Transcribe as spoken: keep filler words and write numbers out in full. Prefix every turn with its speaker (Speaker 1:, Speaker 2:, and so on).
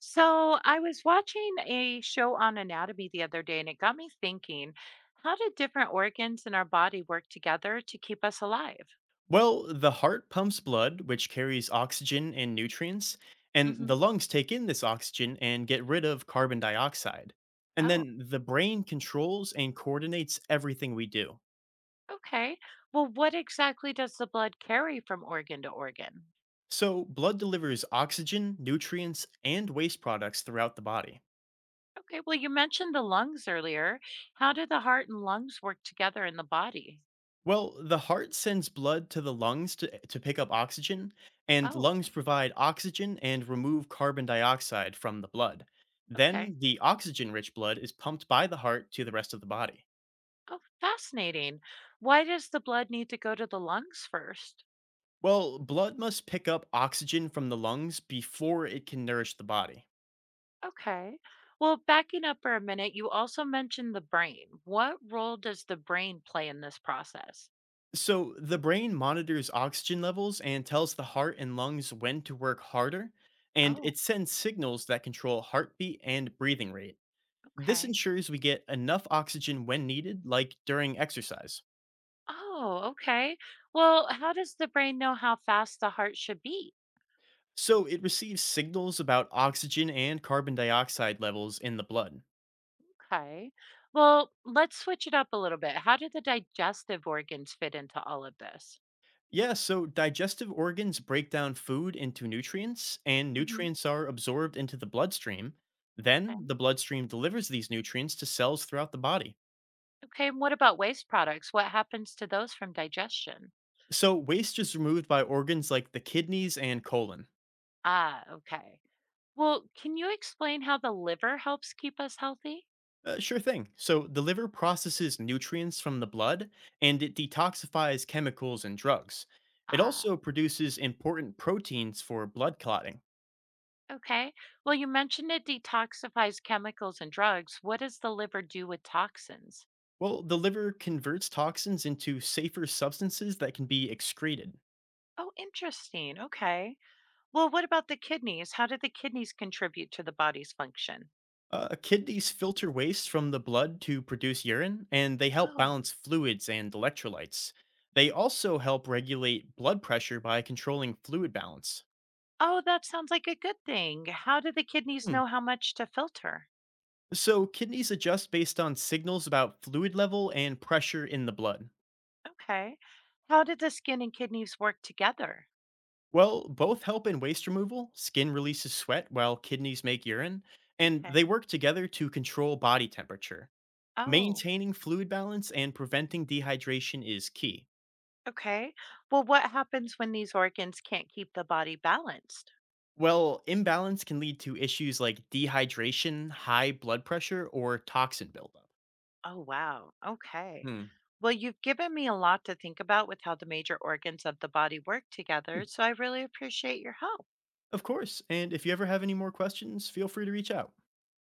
Speaker 1: So I was watching a show on anatomy the other day and it got me thinking, how do different organs in our body work together to keep us alive?
Speaker 2: Well, the heart pumps blood, which carries oxygen and nutrients, and
Speaker 1: Hmm.
Speaker 2: the lungs take in this oxygen and get rid of carbon dioxide. And
Speaker 1: Oh,
Speaker 2: then the brain controls and coordinates everything we do.
Speaker 1: okay. Well, what exactly does the blood carry from organ to organ?
Speaker 2: So, blood delivers oxygen, nutrients, and waste products throughout the body.
Speaker 1: Okay, well, you mentioned the lungs earlier. How do the heart and lungs work together in the body?
Speaker 2: Well, the heart sends blood to the lungs to, to pick up oxygen, and
Speaker 1: Oh,
Speaker 2: lungs provide oxygen and remove carbon dioxide from the blood.
Speaker 1: okay.
Speaker 2: Then, the oxygen rich blood is pumped by the heart to the rest of the body.
Speaker 1: Oh, fascinating. Why does the blood need to go to the lungs first?
Speaker 2: Well, blood must pick up oxygen from the lungs before it can nourish the body.
Speaker 1: Okay. Well, backing up for a minute, you also mentioned the brain. What role does the brain play in this process?
Speaker 2: So the brain monitors oxygen levels and tells the heart and lungs when to work harder, and
Speaker 1: Oh,
Speaker 2: it sends signals that control heartbeat and breathing rate. This
Speaker 1: okay.
Speaker 2: ensures we get enough oxygen when needed, like during exercise.
Speaker 1: Oh, okay. Well, how does the brain know how fast the heart should beat?
Speaker 2: So it receives signals about oxygen and carbon dioxide levels in the blood.
Speaker 1: Okay. Well, let's switch it up a little bit. How do the digestive organs fit into all of this?
Speaker 2: Yeah, so digestive organs break down food into nutrients, and
Speaker 1: Hmm.
Speaker 2: nutrients are absorbed into the bloodstream. Then
Speaker 1: Okay.
Speaker 2: the bloodstream delivers these nutrients to cells throughout the body.
Speaker 1: Okay. And what about waste products? What happens to those from digestion?
Speaker 2: So waste is removed by organs like the kidneys and colon.
Speaker 1: Ah, okay. Well, can you explain how the liver helps keep us healthy?
Speaker 2: Uh, sure thing. So the liver processes nutrients from the blood and it detoxifies chemicals and drugs. It
Speaker 1: Ah.
Speaker 2: also produces important proteins for blood clotting.
Speaker 1: Okay. Well, you mentioned it detoxifies chemicals and drugs. What does the liver do with toxins?
Speaker 2: Well, the liver converts toxins into safer substances that can be excreted.
Speaker 1: Oh, interesting. Okay. Well, what about the kidneys? How do the kidneys contribute to the body's function?
Speaker 2: Uh, kidneys filter waste from the blood to produce urine, and they help
Speaker 1: Oh.
Speaker 2: balance fluids and electrolytes. They also help regulate blood pressure by controlling fluid balance.
Speaker 1: Oh, that sounds like a good thing. How do the kidneys
Speaker 2: Hmm.
Speaker 1: know how much to filter?
Speaker 2: So, kidneys adjust based on signals about fluid level and pressure in the blood.
Speaker 1: Okay. How do the skin and kidneys work together?
Speaker 2: Well, both help in waste removal, skin releases sweat while kidneys make urine, and
Speaker 1: Okay.
Speaker 2: they work together to control body temperature.
Speaker 1: Oh,
Speaker 2: Maintaining fluid balance and preventing dehydration is key.
Speaker 1: okay. Well, what happens when these organs can't keep the body balanced?
Speaker 2: Well, imbalance can lead to issues like dehydration, high blood pressure, or toxin buildup.
Speaker 1: Oh, wow. Okay.
Speaker 2: Hmm.
Speaker 1: Well, you've given me a lot to think about with how the major organs of the body work together,
Speaker 2: Hmm,
Speaker 1: so I really appreciate your help.
Speaker 2: Of course. And if you ever have any more questions, feel free to reach out.